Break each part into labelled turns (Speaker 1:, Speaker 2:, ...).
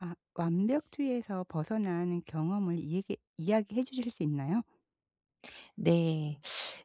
Speaker 1: 아 완벽주의에서 벗어난 경험을 이야기해 주실 수 있나요?
Speaker 2: 네.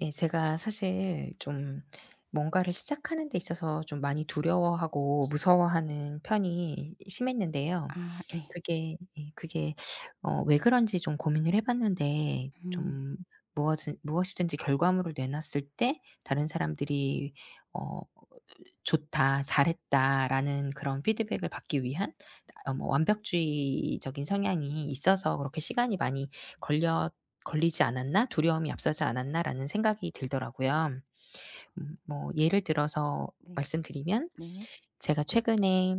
Speaker 2: 예 제가 사실 좀 뭔가를 시작하는 데 있어서 좀 많이 두려워하고 무서워하는 편이 심했는데요.
Speaker 1: 아, 예.
Speaker 2: 그게 예. 그게 왜 그런지 좀 고민을 해 봤는데
Speaker 1: 음
Speaker 2: 좀 무엇이든지 결과물을 내놨을 때 다른 사람들이 어 "좋다. 잘했다."라는 그런 피드백을 받기 위한 뭐 완벽주의적인 성향이 있어서 그렇게 시간이 많이 걸려 '걸리지 않았나? 두려움이 앞서지 않았나?'라는 생각이 들더라고요. 뭐 예를 들어서
Speaker 1: 네.
Speaker 2: 말씀드리면
Speaker 1: 네.
Speaker 2: 제가 최근에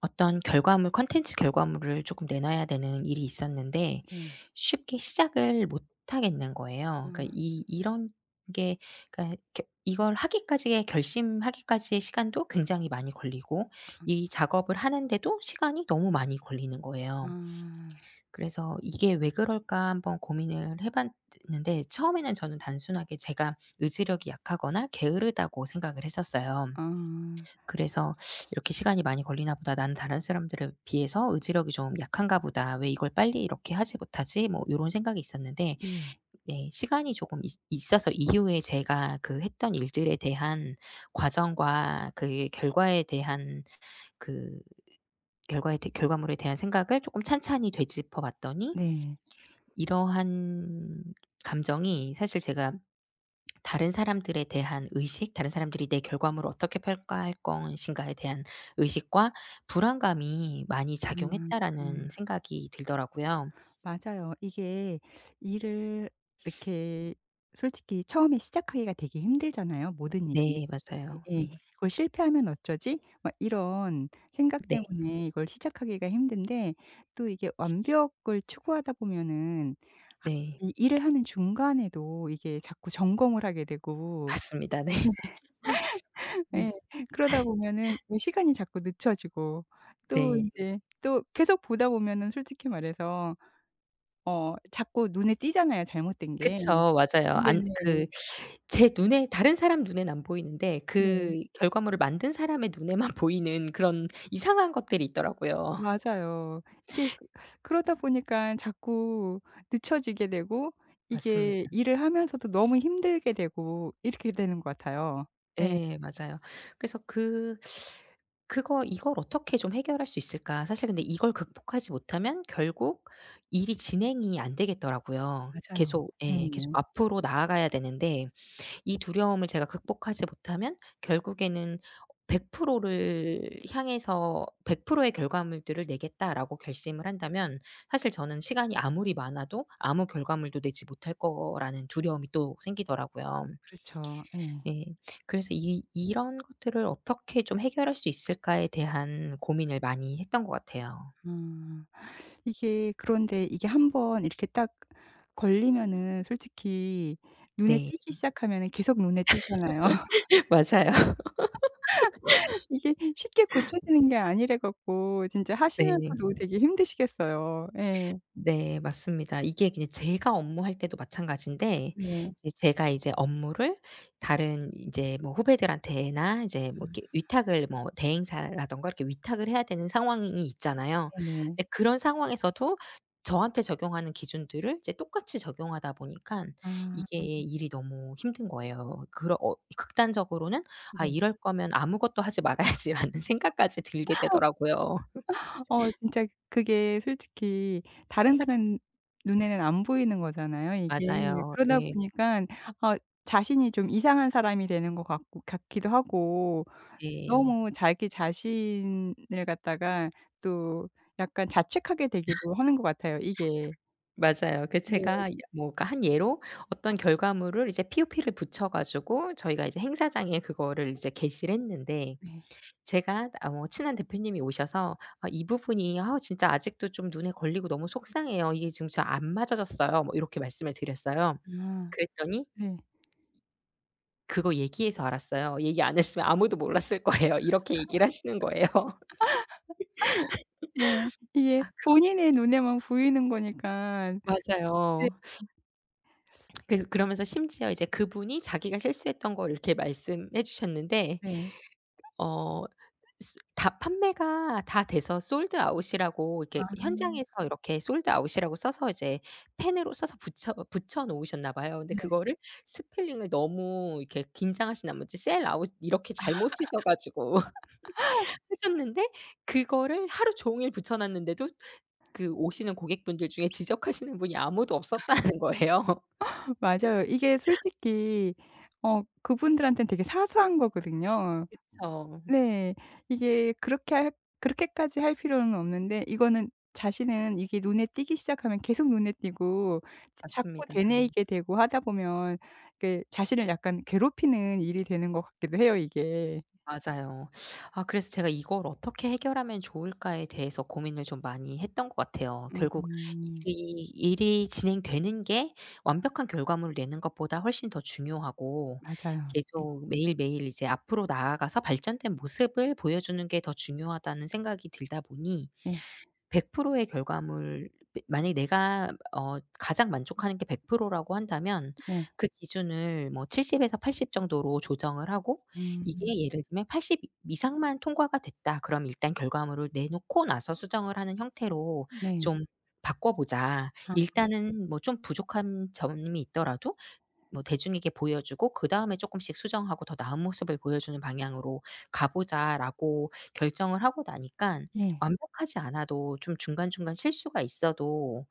Speaker 2: 어떤 결과물 콘텐츠 결과물을 조금 내놔야 되는 일이 있었는데
Speaker 1: 네.
Speaker 2: 쉽게 시작을 못 하겠는 거예요. 그러니까
Speaker 1: 아.
Speaker 2: 이 이런 게 그러니까 겨 이걸 하기까지의 결심하기까지의 시간도 굉장히 많이 걸리고 이 작업을 하는데도 시간이 너무 많이 걸리는 거예요.
Speaker 1: 아.
Speaker 2: 그래서 '이게 왜 그럴까?' 한번 고민을 해 봤는데 처음에는 저는 단순하게 제가 의지력이 약하거나 게으르다고 생각을 했었어요.
Speaker 1: 아.
Speaker 2: 그래서 '이렇게 시간이 많이 걸리나 보다. 나는 다른 사람들에 비해서 의지력이 좀 약한가 보다. 왜 이걸 빨리 이렇게 하지 못하지?' 뭐 요런 생각이 있었는데
Speaker 1: 예.
Speaker 2: 예 시간이 조금 있 있어서 이후에 제가 그 했던 일들에 대한 과정과 그 결과에 대한 그 결과에 대 결과물에 대한 생각을 조금 찬찬히 되짚어 봤더니
Speaker 1: 네.
Speaker 2: 이러한 감정이 사실 제가 다른 사람들에 대한 의식, 다른 사람들이 내 결과물을 어떻게 평가할 것인가에 대한 의식과 불안감이 많이
Speaker 1: 아.
Speaker 2: 작용했다라는
Speaker 1: 아.
Speaker 2: 생각이 들더라고요.
Speaker 1: 맞아요. 이게 일을 이렇게 솔직히 처음에 시작하기가 되게 힘들잖아요, 모든 일이.
Speaker 2: 네 맞아요.
Speaker 1: 예, 예.
Speaker 2: 네.
Speaker 1: '그걸 실패하면 어쩌지?' 막 이런 생각
Speaker 2: 네
Speaker 1: 때문에 이걸 시작하기가 힘든데 또 이게 완벽을 추구하다 보면은 하
Speaker 2: 네.
Speaker 1: 이 일을 하는 중간에도 이게 자꾸 점검을 하게 되고.
Speaker 2: 맞습니다. 네.
Speaker 1: 네.
Speaker 2: 음
Speaker 1: 예. 그러다 보면은 이 시간이 자꾸 늦춰지고 또
Speaker 2: 네.
Speaker 1: 인제 또 계속 보다 보면은 솔직히 말해서 자꾸 눈에 띄잖아요, 잘못된 게.
Speaker 2: 그쵸. 맞아요. 안
Speaker 1: 네네.
Speaker 2: 그 제 눈에 다른 사람 눈엔 안 보이는데
Speaker 1: 네.
Speaker 2: 그 결과물을 만든 사람의 눈에만 보이는 그런 이상한 것들이 있더라고요.
Speaker 1: 맞아요. 이게 그러다 보니까 자꾸 늦춰지게 되고
Speaker 2: 맞습니다.
Speaker 1: 이게 일을 하면서도 너무 힘들게 되고 이렇게 되는 것 같아요. 네,
Speaker 2: 예. 맞아요. 그래서 그거 '이걸 어떻게 좀 해결할 수 있을까?' 사실 근데 이걸 극복하지 못하면 결국 일이 진행이 안 되겠더라고요.
Speaker 1: 맞아요.
Speaker 2: 계속
Speaker 1: 네,
Speaker 2: 예. 계속 앞으로 나아가야 되는데 이 두려움을 제가 극복하지 못하면 결국에는 100%를 향해서 100%의 결과물들을 내겠다라고 결심을 한다면 사실 저는 시간이 아무리 많아도 아무 결과물도 내지 못할 거라는 두려움이 또 생기더라고요.
Speaker 1: 그렇죠. 네.
Speaker 2: 예. 그래서 이 이런 것들을 어떻게 좀 해결할 수 있을까에 대한 고민을 많이 했던 것 같아요.
Speaker 1: 음, 이게 그런데 이게 한번 이렇게 딱 걸리면은 솔직히 눈에
Speaker 2: 네.
Speaker 1: 띄기 시작하면은 계속 눈에 띄잖아요.
Speaker 2: 맞아요.
Speaker 1: 이게 쉽게 고쳐지는 게 아니라 갖고 진짜
Speaker 2: 네.
Speaker 1: 하시면서도 되게 힘드시겠어요. 예.
Speaker 2: 네 맞습니다. 이게 그냥 제가 업무할 때도 마찬가지인데
Speaker 1: 네.
Speaker 2: 이제 제가 이제 업무를 다른 이제 뭐 후배들한테나 이제 뭐 이렇게 위탁을 뭐 대행사라든가 이렇게 위탁을 해야 되는 상황이 있잖아요.
Speaker 1: 아, 네네.
Speaker 2: 근데 그런 상황에서도 저한테 적용하는 기준들을 이제 똑같이 적용하다 보니까 이게
Speaker 1: 아.
Speaker 2: 일이 너무 힘든 거예요. 그러 어 극단적으로는 '아
Speaker 1: 네.
Speaker 2: 이럴 거면 아무것도 하지 말아야지.'라는 생각까지 들게 되더라고요.
Speaker 1: 진짜 그게 솔직히 다른 사람 눈에는 안 보이는 거잖아요, 이게.
Speaker 2: 맞아요.
Speaker 1: 그러다
Speaker 2: 네.
Speaker 1: 보니깐 어 자신이 좀 이상한 사람이 되는 것 같고, 같기도 하고,
Speaker 2: 네.
Speaker 1: 너무 자기 자신을 갖다가 또 약간 자책하게 되기도 하는 것 같아요, 이게.
Speaker 2: 맞아요. 그
Speaker 1: 네.
Speaker 2: 제가 이 뭐 그러니까 한 예로 어떤 결과물을 이제 POP를 붙여 가지고 저희가 이제 행사장에 그거를 이제 게시를 했는데
Speaker 1: 네.
Speaker 2: 제가 아 뭐 친한 대표님이 오셔서 "아 이 부분이 아 진짜 아직도 좀 눈에 걸리고 너무 속상해요. 이게 지금 잘 안 맞아졌어요." 뭐 이렇게 말씀을 드렸어요.
Speaker 1: 아,
Speaker 2: 그랬더니
Speaker 1: 네.
Speaker 2: 그거 얘기해서 알았어요. 얘기 안 했으면 아무도 몰랐을 거예요. 이렇게 얘기를 하시는 거예요.
Speaker 1: 네. 이게
Speaker 2: 아
Speaker 1: 본인의 눈에만 보이는 거니까. 네,
Speaker 2: 맞아요. 그래서 그러면서 심지어 이제 그분이 자기가 실수했던 걸 이렇게 말씀해 주셨는데
Speaker 1: 네.
Speaker 2: 어 다 판매가 다 돼서 솔드 아웃이라고 이렇게
Speaker 1: 아,
Speaker 2: 현장에서 이렇게 솔드 아웃이라고 써서 이제 펜으로 써서 붙여 놓으셨나 봐요. 근데
Speaker 1: 네.
Speaker 2: 그거를 스펠링을 너무 이렇게 긴장하신 나머지 셀 아웃 이렇게 잘못 쓰셔 가지고 하셨는데 그거를 하루 종일 붙여 놨는데도 그 오시는 고객분들 중에 지적하시는 분이 아무도 없었다는 거예요.
Speaker 1: 맞아요. 이게 솔직히 그분들한테는 되게 사소한 거거든요.
Speaker 2: 그쵸.
Speaker 1: 네. 이게 그렇게까지 할 필요는 없는데, 이거는 자신은 이게 눈에 띄기 시작하면 계속 눈에 띄고 자꾸
Speaker 2: 맞습니다.
Speaker 1: 되뇌이게 되고 하다 보면 이게 자신을 약간 괴롭히는 일이 되는 것 같기도 해요, 이게.
Speaker 2: 맞아요. 아 그래서 제가 '이걸 어떻게 해결하면 좋을까.'에 대해서 고민을 좀 많이 했던 것 같아요. 결국
Speaker 1: 음.
Speaker 2: 일이 진행되는 게 완벽한 결과물을 내는 것보다 훨씬 더 중요하고
Speaker 1: 맞아요. 네.
Speaker 2: 계속 매일매일 이제 앞으로 나아가서 발전된 모습을 보여주는 게 더 중요하다는 생각이 들다 보니
Speaker 1: 네.
Speaker 2: 100%의 결과물 만약에 내가 어 가장 만족하는 게 100% 라고 한다면
Speaker 1: 네.
Speaker 2: 그 기준을 뭐 70 에서 80 정도로 조정을 하고
Speaker 1: 음.
Speaker 2: 이게 예를 들면 80 이상만 통과가 됐다. 그럼 일단 결과물을 내놓고 나서 수정을 하는 형태로
Speaker 1: 네.
Speaker 2: 좀 바꿔 보자. 일단은 뭐 좀 부족한 점이 있더라도 뭐 대중에게 보여주고 그다음에 조금씩 수정하고 '더 나은 모습을 보여주는 방향으로 가 보자.'라고 결정을 하고 나니까
Speaker 1: 네.
Speaker 2: 완벽하지 않아도 좀 중간중간 실수가 있어도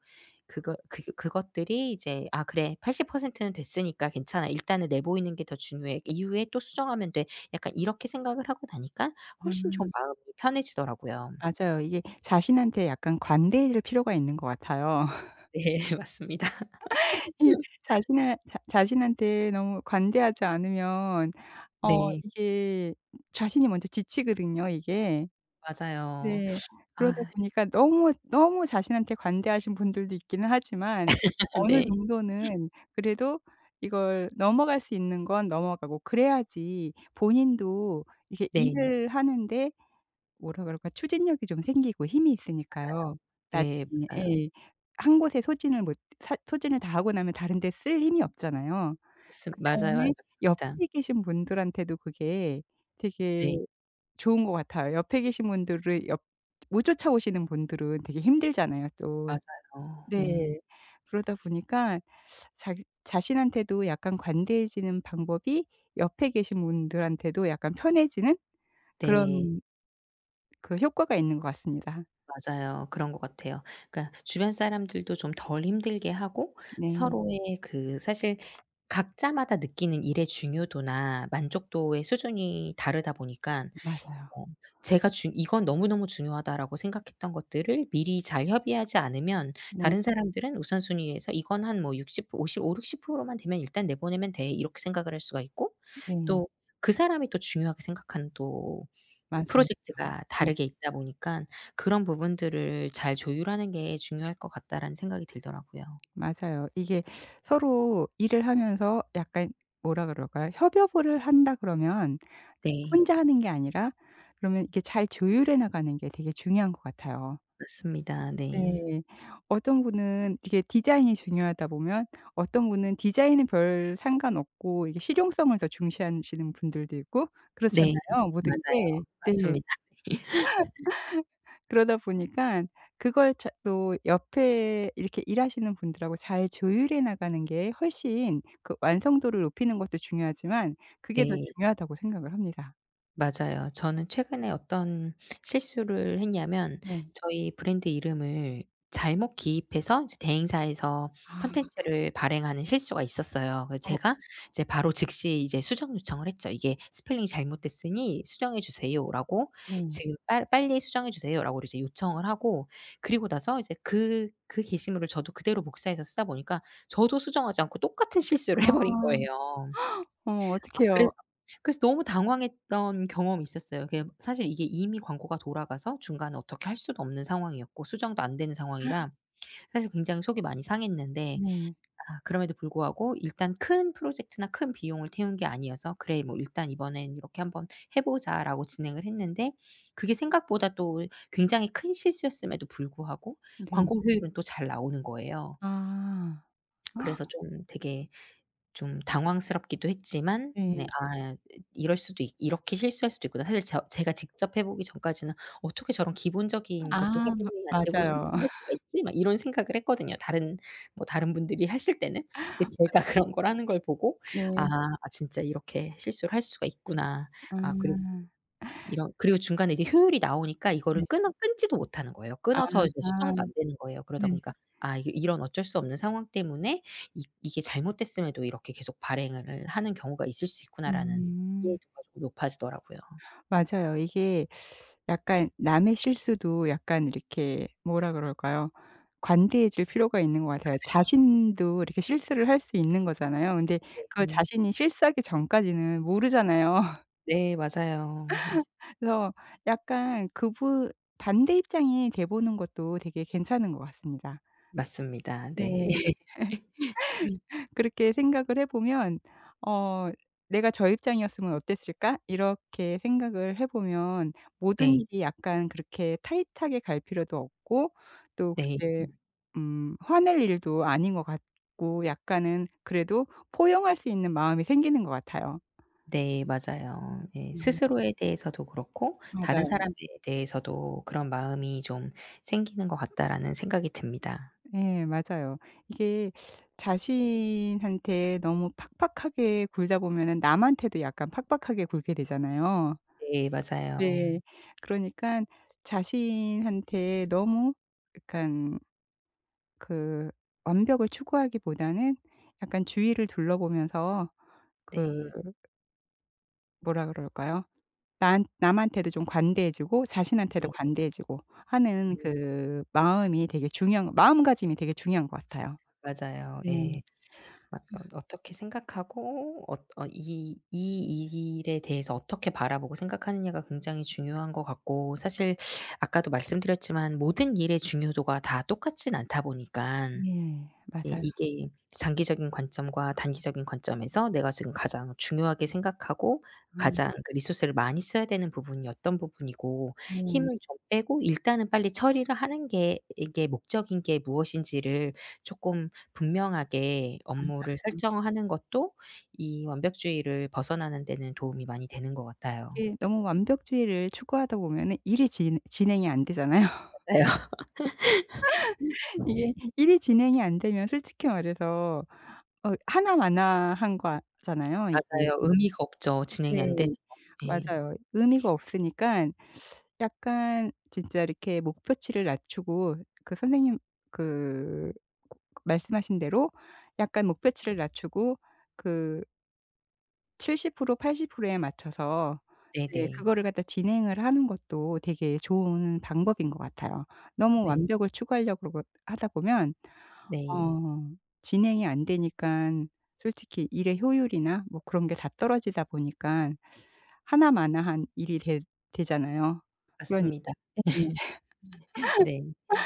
Speaker 2: 그거 그 그것들이 이제 '아 그래 80%는 됐으니까 괜찮아. 일단은 내보이는 게 더 중요해. 이후에 또 수정하면 돼.' 약간 이렇게 생각을 하고 나니까 훨씬 좀 마음이 편해지더라고요.
Speaker 1: 아, 맞아요. 이게 자신한테 약간 관대해질 필요가 있는 것 같아요.
Speaker 2: 네. 맞습니다.
Speaker 1: 이 자신을 자 자신한테 너무 관대하지 않으면
Speaker 2: 네.
Speaker 1: 이게 자신이 먼저 지치거든요, 이게.
Speaker 2: 맞아요.
Speaker 1: 네. 그러다
Speaker 2: 아
Speaker 1: 보니까 너무, 너무 자신한테 관대하신 분들도 있기는 하지만 어느
Speaker 2: 네.
Speaker 1: 정도는 그래도 이걸 넘어갈 수 있는 건 넘어가고 그래야지 본인도 이게
Speaker 2: 네.
Speaker 1: 일을 하는데 뭐라 그럴까, 추진력이 좀 생기고 힘이
Speaker 2: 맞아요.
Speaker 1: 있으니까요.
Speaker 2: 네.
Speaker 1: 나중에.
Speaker 2: 맞아요.
Speaker 1: 예. 한 곳에 소진을 못 사 소진을 다 하고 나면 다른 데 쓸 힘이 없잖아요.
Speaker 2: 맞 맞아요.
Speaker 1: 그다음에
Speaker 2: 맞습니다.
Speaker 1: 옆에 계신 분들한테도 그게 되게
Speaker 2: 네.
Speaker 1: 좋은 것 같아요. 옆에 계신 분들을 옆 못 쫓아오시는 분들은 되게 힘들잖아요, 또.
Speaker 2: 맞아요.
Speaker 1: 네.
Speaker 2: 예.
Speaker 1: 그러다 보니까 자기 자신한테도 약간 관대해지는 방법이 옆에 계신 분들한테도 약간 편해지는
Speaker 2: 네.
Speaker 1: 그런 그 효과가 있는 것 같습니다.
Speaker 2: 맞아요. 그런 것 같아요. 그러니까 주변 사람들도 좀 덜 힘들게 하고
Speaker 1: 네.
Speaker 2: 서로의 그 사실 각자마다 느끼는 일의 중요도나 만족도의 수준이 다르다 보니까
Speaker 1: 맞아요.
Speaker 2: 어 제가 중 '이건 너무너무 중요하다.'라고 생각했던 것들을 미리 잘 협의하지 않으면
Speaker 1: 네.
Speaker 2: 다른 사람들은 우선순위에서 '이건 한 뭐 육십 오50 5십6 0 만 되면 일단 내보내면 돼.' 이렇게 생각을 할 수가 있고
Speaker 1: 네.
Speaker 2: 또 그 사람이 또 중요하게 생각하는 또
Speaker 1: 맞아요.
Speaker 2: 프로젝트가
Speaker 1: 네.
Speaker 2: 다르게 있다 보니까 그런 부분들을 잘 조율하는 게 중요할 것 같다라는 생각이 들더라고요.
Speaker 1: 맞아요. 이게 서로 일을 하면서 약간 뭐라 그럴까요? 협업을 한다 그러면
Speaker 2: 네.
Speaker 1: 혼자 하는 게 아니라, 그러면 이게 잘 조율해 나가는 게 되게 중요한 것 같아요.
Speaker 2: 맞습니다. 네.
Speaker 1: 네. 어떤 분은 이게 디자인이 중요하다 보면, 어떤 분은 디자인은 별 상관없고 이게 실용성을 더 중시하시는 분들도 있고,
Speaker 2: 네.
Speaker 1: 그렇잖아요, 모든
Speaker 2: 맞아요.
Speaker 1: 게. 네.
Speaker 2: 맞습니다.
Speaker 1: 그러다 보니까 그걸 자 또 옆에 이렇게 일하시는 분들하고 잘 조율해 나가는 게 훨씬 그 완성도를 높이는 것도 중요하지만 그게 더
Speaker 2: 네.
Speaker 1: 중요하다고 생각을 합니다.
Speaker 2: 맞아요. 저는 최근에 어떤 실수를 했냐면
Speaker 1: 네.
Speaker 2: 저희 브랜드 이름을 잘못 기입해서 이제 대행사에서
Speaker 1: 아,
Speaker 2: 콘텐츠를 발행하는 실수가 있었어요. 그래서
Speaker 1: 어.
Speaker 2: 제가 이제 바로 즉시 이제 수정 요청을 했죠. "이게 스펠링이 잘못됐으니 수정해 주세요."라고
Speaker 1: 네.
Speaker 2: "지금 빨 빨리 수정해 주세요."라고 이제 요청을 하고 그리고 나서 이제 그 게시물을 저도 그대로 복사해서 쓰다 보니까 저도 수정하지 않고 똑같은 실수를 해 버린
Speaker 1: 아.
Speaker 2: 거예요.
Speaker 1: 어,
Speaker 2: 아
Speaker 1: 어떡해요.
Speaker 2: 그래서 그래서 너무 당황했던 경험이 있었어요. 그게 사실 이게 이미 광고가 돌아가서 중간에 어떻게 할 수도 없는 상황이었고 수정도 안 되는 상황이라 사실 굉장히 속이 많이 상했는데
Speaker 1: 네.
Speaker 2: 아 그럼에도 불구하고 일단 큰 프로젝트나 큰 비용을 태운 게 아니어서 '그래 뭐 일단 이번엔 이렇게 한번 해 보자.'라고 진행을 했는데 그게 생각보다 또 굉장히 큰 실수였음에도 불구하고
Speaker 1: 네. 네.
Speaker 2: 광고 효율은 또 잘 나오는 거예요.
Speaker 1: 아.
Speaker 2: 그래서 좀 되게 좀 당황스럽기도 했지만 네
Speaker 1: 네.
Speaker 2: 아 이럴 수도 있 '이렇게 실수할 수도 있구나.' 사실 저 제가 직접 해 보기 전까지는 '어떻게 저런 기본적인 것도
Speaker 1: 아,
Speaker 2: 확인이 안 되고
Speaker 1: 맞아요.
Speaker 2: 실수할 수가 있지?' 막 이런 생각을 했거든요. 다른 뭐 다른 분들이 하실 때는. 근데 제가 그런 걸 하는 걸 보고 '아,
Speaker 1: 네.
Speaker 2: 아 진짜 이렇게 실수를 할 수가 있구나.' 아 그리고
Speaker 1: 아.
Speaker 2: 이런 그리고 중간에 이제 효율이 나오니까 이거를
Speaker 1: 네.
Speaker 2: 끊어 끊지도 못하는 거예요.
Speaker 1: 아.
Speaker 2: 끊어서 이제 수정도 안 되는 거예요. 그러다
Speaker 1: 네.
Speaker 2: 보니까 아 이 이런 어쩔 수 없는 상황 때문에 이 '이게 잘못됐음에도 이렇게 계속 발행을 하는 경우가 있을 수 있구나.'라는
Speaker 1: 음.
Speaker 2: 이해도가 좀 높아지더라고요.
Speaker 1: 맞아요. 이게 약간 남의 실수도 약간 이렇게 뭐라 그럴까요? 관대해질 필요가 있는 것 같아요. 자신도 이렇게 실수를 할 수 있는 거잖아요. 근데
Speaker 2: 네.
Speaker 1: 그걸
Speaker 2: 음.
Speaker 1: 자신이 실수하기 전까지는 모르잖아요.
Speaker 2: 네 맞아요. 아
Speaker 1: 그래서 약간 그분 반대 입장이 돼 보는 것도 되게 괜찮은 것 같습니다.
Speaker 2: 맞습니다. 네.
Speaker 1: 네. 그렇게 생각을 해 보면 어 '내가 저 입장이었으면 어땠을까?' 이렇게 생각을 해 보면 모든
Speaker 2: 네.
Speaker 1: 일이 약간 그렇게 타이트하게 갈 필요도 없고, 또
Speaker 2: 네.
Speaker 1: 그렇게 화낼 일도 아닌 것 같고, 약간은 그래도 포용할 수 있는 마음이 생기는 것 같아요.
Speaker 2: 네 맞아요. 예.
Speaker 1: 음.
Speaker 2: 스스로에 대해서도 그렇고 다른
Speaker 1: 맞아요.
Speaker 2: 사람에 대해서도 그런 마음이 좀 생기는 것 같다라는 생각이 듭니다.
Speaker 1: 예, 맞아요. 이게 자신한테 너무 팍팍하게 굴다 보면은 남한테도 약간 팍팍하게 굴게 되잖아요.
Speaker 2: 네 맞아요.
Speaker 1: 네. 그러니깐 자신한테 너무 약간 그 완벽을 추구하기보다는 약간 주위를 둘러보면서 그
Speaker 2: 네.
Speaker 1: 뭐라 그럴까요? 난 남한테도 좀 관대해지고 자신한테도
Speaker 2: 네.
Speaker 1: 관대해지고 하는
Speaker 2: 네.
Speaker 1: 그 마음이 되게 중요한, 마음가짐이 되게 중요한 것 같아요.
Speaker 2: 맞아요.
Speaker 1: 네.
Speaker 2: 예. 어떻게 생각하고 이 일에 대해서 어떻게 바라보고 생각하느냐가 굉장히 중요한 것 같고 사실 아까도 말씀드렸지만 모든 일의 중요도가 다 똑같진 않다 보니깐
Speaker 1: 네.
Speaker 2: 예
Speaker 1: 맞아요.
Speaker 2: 이게 장기적인 관점과 단기적인 관점에서 내가 지금 가장 중요하게 생각하고 가장
Speaker 1: 아,
Speaker 2: 그 리소스를 많이 써야 되는 부분이 어떤 부분이고
Speaker 1: 네.
Speaker 2: 힘을 좀 빼고 일단은 빨리 처리를 하는 게 이게 목적인 게 무엇인지를 조금 분명하게 업무를 설정하는 것도 이 완벽주의를 벗어나는 데는 도움이 많이 되는 것 같아요.
Speaker 1: 이게 너무 완벽주의를 추구하다 보면은 일이 진 진행이 안 되잖아요.
Speaker 2: 맞아요.
Speaker 1: 이게 일이 진행이 안 되면 솔직히 말해서 하나마나한 거잖아요, 이게.
Speaker 2: 맞아요. 의미가 없죠. 진행이 안 되는
Speaker 1: 네.
Speaker 2: 거. 네.
Speaker 1: 맞아요. 의미가 없으니깐 약간 진짜 이렇게 목표치를 낮추고 그 선생님 그 말씀하신 대로 약간 목표치를 낮추고 그 70% 80%에 맞춰서 네
Speaker 2: 네네.
Speaker 1: 그거를 갖다 진행을 하는 것도 되게 좋은 방법인 것 같아요. 너무
Speaker 2: 네.
Speaker 1: 완벽을 추구하려고 그러고 하다 보면
Speaker 2: 네.
Speaker 1: 어 진행이 안 되니깐 솔직히 일의 효율이나 뭐 그런 게 다 떨어지다 보니깐 하나마나한 일이 되 되잖아요. 그러니,
Speaker 2: 맞습니다.
Speaker 1: 예.
Speaker 2: 네.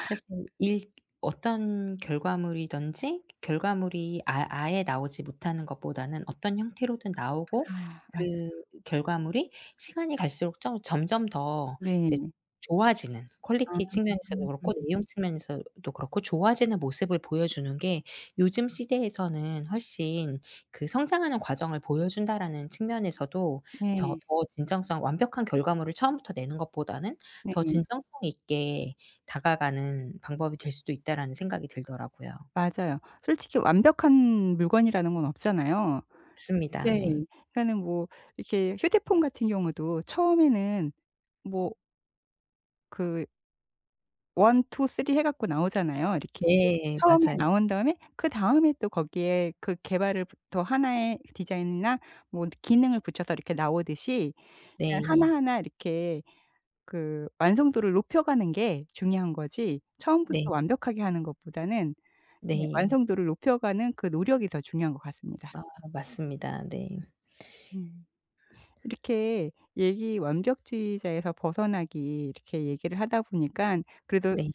Speaker 2: 사실 일 어떤 결과물이든지 결과물이 아 아예 나오지 못하는 것보다는 어떤 형태로든 나오고
Speaker 1: 아, 맞아요.
Speaker 2: 그 결과물이 시간이 갈수록 점 점점 더 이제
Speaker 1: 네.
Speaker 2: 좋아지는 퀄리티
Speaker 1: 아,
Speaker 2: 측면에서도 그렇고 내용 측면에서도 그렇고 좋아지는 모습을 보여주는 게 요즘 시대에서는 훨씬 그 '성장하는 과정을 보여준다.'라는 측면에서도 저
Speaker 1: 네.
Speaker 2: 더 진정성 완벽한 결과물을 처음부터 내는 것보다는
Speaker 1: 네.
Speaker 2: 더 진정성 있게 다가가는 방법이 될 수도 있다라는 생각이 들더라고요.
Speaker 1: 맞아요. 솔직히 완벽한 물건이라는 건 없잖아요.
Speaker 2: 맞습니다.
Speaker 1: 네.
Speaker 2: 네.
Speaker 1: 그러니까는 뭐 이렇게 휴대폰 같은 경우도 처음에는 뭐 그 원 투 쓰리 해 갖고 나오잖아요, 이렇게. 네.
Speaker 2: 예.
Speaker 1: 처음에
Speaker 2: 맞아요.
Speaker 1: 나온 다음에 그다음에 또 거기에 그 개발을 부 더 하나의 디자인이나 뭐 기능을 붙여서 이렇게 나오듯이 그냥
Speaker 2: 네.
Speaker 1: 하나하나 이렇게 그 완성도를 높여가는 게 중요한 거지,
Speaker 2: 네.
Speaker 1: 처음부터 완벽하게 하는 것보다는 예
Speaker 2: 네.
Speaker 1: 완성도를 높여가는 그 노력이 더 중요한 것 같습니다.
Speaker 2: 아 맞습니다. 네.
Speaker 1: 음. 이렇게 얘기, 완벽주의자에서 벗어나기 이렇게 얘기를 하다 보니까 그래도
Speaker 2: 네.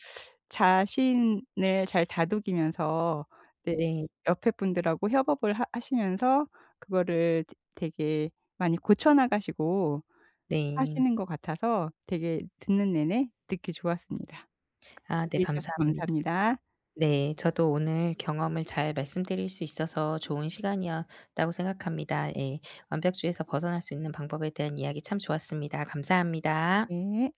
Speaker 1: 자신을 잘 다독이면서 네
Speaker 2: 네.
Speaker 1: 옆에 분들하고 협업을 하 하시면서 그거를 되 되게 많이 고쳐 나가시고
Speaker 2: 네.
Speaker 1: 하시는 것 같아서 되게 듣는 내내 듣기 좋았습니다.
Speaker 2: 아 네
Speaker 1: 얘기해 주셔서
Speaker 2: 감사합니다.
Speaker 1: 감사합니다.
Speaker 2: 네. 저도 오늘 경험을 잘 말씀드릴 수 있어서 좋은 시간이었다고 생각합니다. 예. 완벽주의에서 벗어날 수 있는 방법에 대한 이야기 참 좋았습니다. 감사합니다.
Speaker 1: 네.